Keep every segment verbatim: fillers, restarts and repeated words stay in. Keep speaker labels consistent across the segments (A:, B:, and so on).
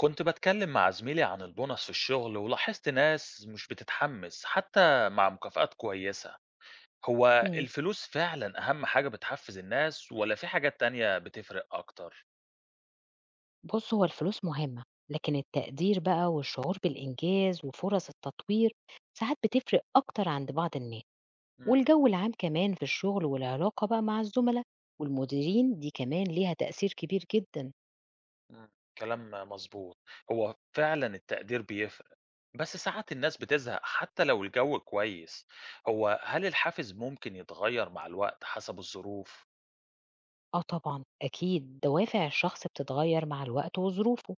A: كنت بتكلم مع زميلي عن البونص في الشغل، ولاحظت ناس مش بتتحمس حتى مع مكافآت كويسة. هو
B: إمم.
A: الفلوس فعلا أهم حاجة بتحفز الناس، ولا في حاجات تانية بتفرق أكتر؟
B: بُص، هو الفلوس مهمة، لكن التقدير بقى والشعور بالإنجاز وفُرَص التطوير ساعات بتفرق أكتر عند بعض الناس،
A: مم.
B: والجو العام كمان في الشغل والعلاقة بقى مع الزُملا والمديرين دي كمان ليها تأثير كبير جدًا.
A: مم. كلام مظبوط. هو فعلا التقدير بيفرق، بس ساعات الناس بتزهق حتى لو الجو كويس. هو هل الحافز ممكن يتغير مع الوقت حسب الظروف؟
B: آه طبعًا، أكيد دوافع الشخص بتتغيّر مع الوقت وظروفه،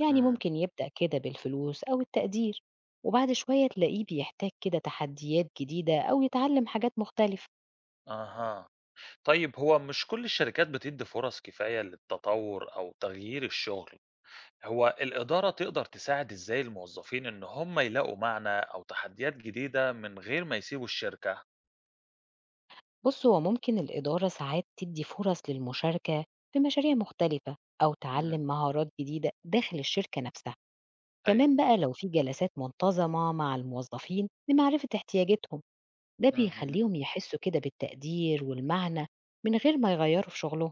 B: يعني
A: مم.
B: ممكن يبدأ كده بالفلوس أو التقدير، وبعد شوية تلاقيه بيحتاج كده تحديات جديدة أو يتعلم حاجات مختلفة.
A: أها. طيب هو مش كل الشركات بتدي فرص كفاية للتطور أو تغيير الشغل. هو الإدارة تقدر تساعد إزاي الموظفين إن هم يلاقوا معنى أو تحديات جديدة من غير ما يسيبوا الشركة؟
B: بص، هو ممكن الإدارة ساعات تدي فرص للمشاركة في مشاريع مختلفة أو
A: مم.
B: تعلم مهارات جديدة داخل الشركة نفسها.
A: أيوه.
B: كمان بقى لو في جلسات منتظمة مع الموظفين لمعرفة احتياجاتهم، ده
A: مم.
B: بيخليهم يحسوا كده بالتقدير والمعنى من غير ما يغيروا في شغلهم.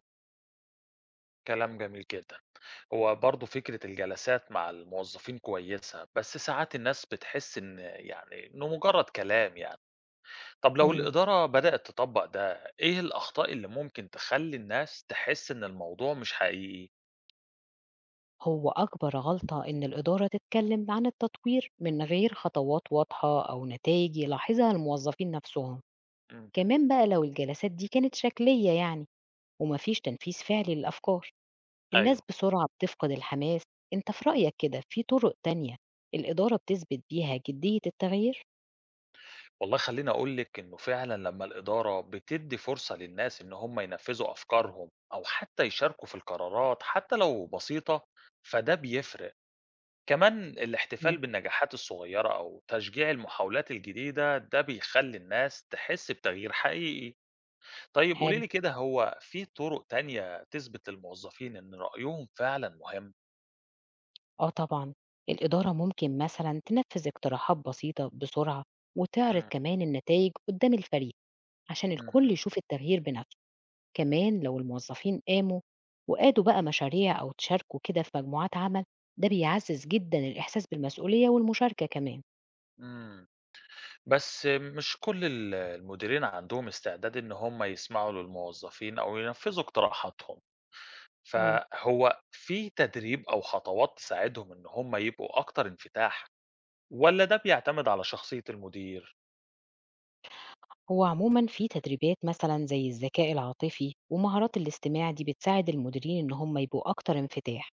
A: كلام جميل جدا. هو برضه فكرة الجلسات مع الموظفين كويسة، بس ساعات الناس بتحس إن يعني إنه مجرد كلام يعني طب لو
B: مم.
A: الإدارة بدأت تطبق ده، إيه الأخطاء اللي ممكن تخلي الناس تحس إن الموضوع مش حقيقي؟
B: هو أكبر غلطة إن الإدارة تتكلم عن التطوير من غير خطوات واضحة أو نتائج يلاحظها الموظفين نفسهم.
A: مم.
B: كمان بقى لو الجلسات دي كانت شكلية يعني، ومفيش تنفيذ فعلي للأفكار، الناس
A: أيوه.
B: بسرعة بتفقد الحماس. أنت في رأيك كده في طرق تانية الإدارة بتثبت بيها جدية التغيير؟
A: والله خلّيني أقول لِك إنه فعلًا لمّا الإدارة بتدّي فرصة للناس إن هم ينفّذوا أفكارهم أو حتى يشاركوا في القرارات حتى لو بسيطة، فده بيفرق. كمان الاحتفال
B: مم.
A: بالنجاحات الصغيرة أو تشجيع المحاولات الجديدة، ده بيخلّي الناس تحس بتغيير حقيقي. طيب قولي
B: حلو.
A: لي كده، هو في طرق تانية تثبت للموظفين إن رأيهم فعلًا مهم؟
B: آه طبعا، الإدارة ممكن مثلا تنفذ اقتراحات بسيطة بسرعة، وتعرض
A: إمم.
B: كمان النتائج قدام الفريق عشان الكل
A: اهم.
B: يشوف التغيير بنفسه. كمان لو الموظفين قاموا وقادوا بقى مشاريع أو تشاركوا كده في مجموعات عمل، ده بيعزز جدا الإحساس بالمسؤولية والمشاركة كمان.
A: إمم. بس مش كل ال المديرين عندهم استعداد إن هم يسمعوا للموظفين أو ينفذوا اقتراحاتهم،
B: مم.
A: فهو في تدريب أو خطوات تساعدهم إن هم يبقوا أكتر انفتاح، والّا ده بيعتمد على شخصية المدير؟
B: هو عموما في تدريبات مثلا زي الذكاء العاطفي ومهارات الاستماع، دي بتساعد المديرين ان هم يبقوا اكتر انفتاح.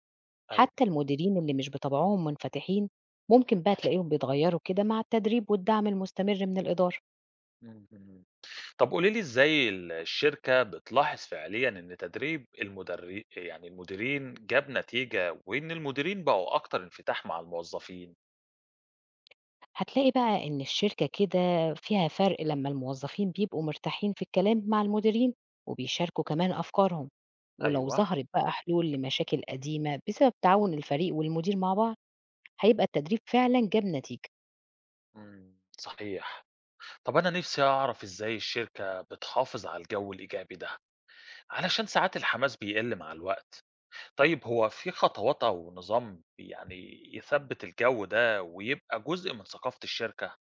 A: أيوه.
B: حتى المديرين اللي مش بطبعهم منفتحين ممكن بقى تلاقيهم بيتغيروا كده مع التدريب والدعم المستمر من الإدارة.
A: اهم. طب قولي لي إزاي ال الشركة بتلاحظ فعليًا إن تدريب المدري يعني المديرين جاب نتيجة، وإن المديرين بقوا أكتر انفتاح مع الموظفين؟
B: هتلاقي بقى ان الشركة كده فيها فرق لما الموظفين بيبقوا مرتاحين في الكلام مع المديرين وبيشاركوا كمان أفكارهم، ولو
A: أيوه.
B: ظهرت بقى حلول لمشاكل قديمة بسبب تعاون الفريق والمدير مع بعض، هيبقى التدريب فعلا جاب نتيجة.
A: إمم، صحيح. طب أنا نفسي أعرف إزاي الشركة بتحافظ على الجو الإيجابي ده، علشان ساعات الحماس بيقل مع الوقت. طيب هو في خطوات أو نظام يعني يثبت الجو ده ويبقى جزء من ثقافة الشركة؟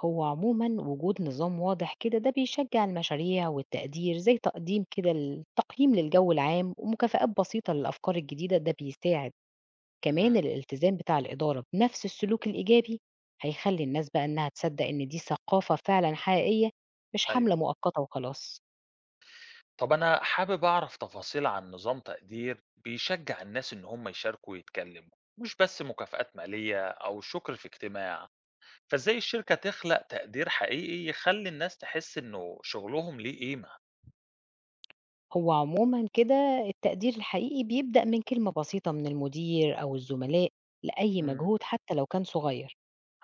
B: هو عمومًا وجود نظام واضح كده ده بيشجّع المشاريع والتقدير، زي تقديم كده التقييم للجو العام ومكافآت بسيطة للأفكار الجديدة، ده بيساعد، كمان
A: امم.
B: الالتزام بتاع الإدارة بنفس السلوك الإيجابي هيخلّي الناس بقى إنها تصدّق إن دي ثقافة فعلًا حقيقية، مش
A: أيوه.
B: حملة مؤقتة وخلاص.
A: طب أنا حابب أعرف تفاصيل عن نظام تقدير بيشجع الناس إن هم يشاركوا ويتكلموا، مش بس مكافآت مالية أو شكر في اجتماع. فإزاي الشركة تخلق تقدير حقيقي يخلي الناس تحس إنه شغلهم ليه قيمة؟
B: هو عمومًا كده التقدير الحقيقي بيبدأ من كلمة بسيطة من المدير أو الزملاء لأي
A: امم.
B: مجهود حتى لو كان صغير.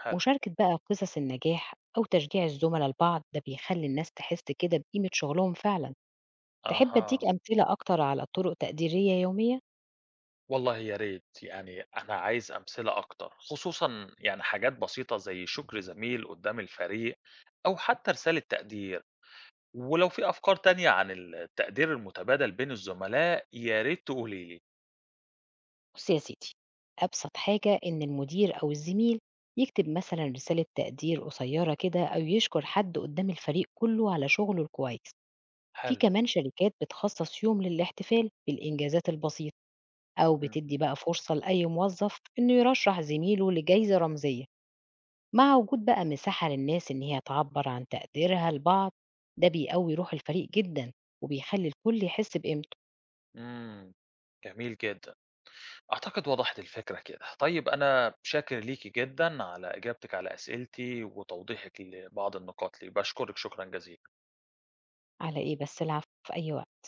A: حلو.
B: مشاركة بقى قصص النجاح أو تشجيع الزملاء لبعض ده بيخلي الناس تحس كده بقيمة شغلهم فعلا. تحب
A: أها.
B: أديك أمثلة أكتر على طرق تقديرية يومية؟
A: والله يا ريت. يعني أنا عايز أمثلة أكتر، خصوصا يعني حاجات بسيطة زي شكر زميل قدام الفريق أو حتى رسالة تقدير. ولو في أفكار تانية عن التقدير المتبادل بين الزملاء يا ريت تقولي لي.
B: بص يا سيدي، أبسط حاجة إن المدير أو الزميل يكتب مثلا رسالة تقدير قصيرة كده، أو يشكر حد قدام الفريق كله على شغله الكويس. في
A: حلو.
B: كمان شركات بتخصص يوم للاحتفال بالإنجازات البسيطة، أو
A: مم.
B: بتدي بقى فرصة لأي موظف إنه يرشح زميله لجايزة رمزية. مع وجود بقى مساحة للناس إن هي تعبر عن تقديرها لبعض، ده بيقوي روح الفريق جدا، وبيخلي الكل يحس بقيمته.
A: مم. جميل جدا. أعتقد وضحت الفكرة كده. طيب أنا شاكر ليكي جدا على إجابتك على أسئلتي وتوضيحك لبعض النقاط لي، بشكرك شكرا جزيلا.
B: على إيه بس، العفو في أي وقت.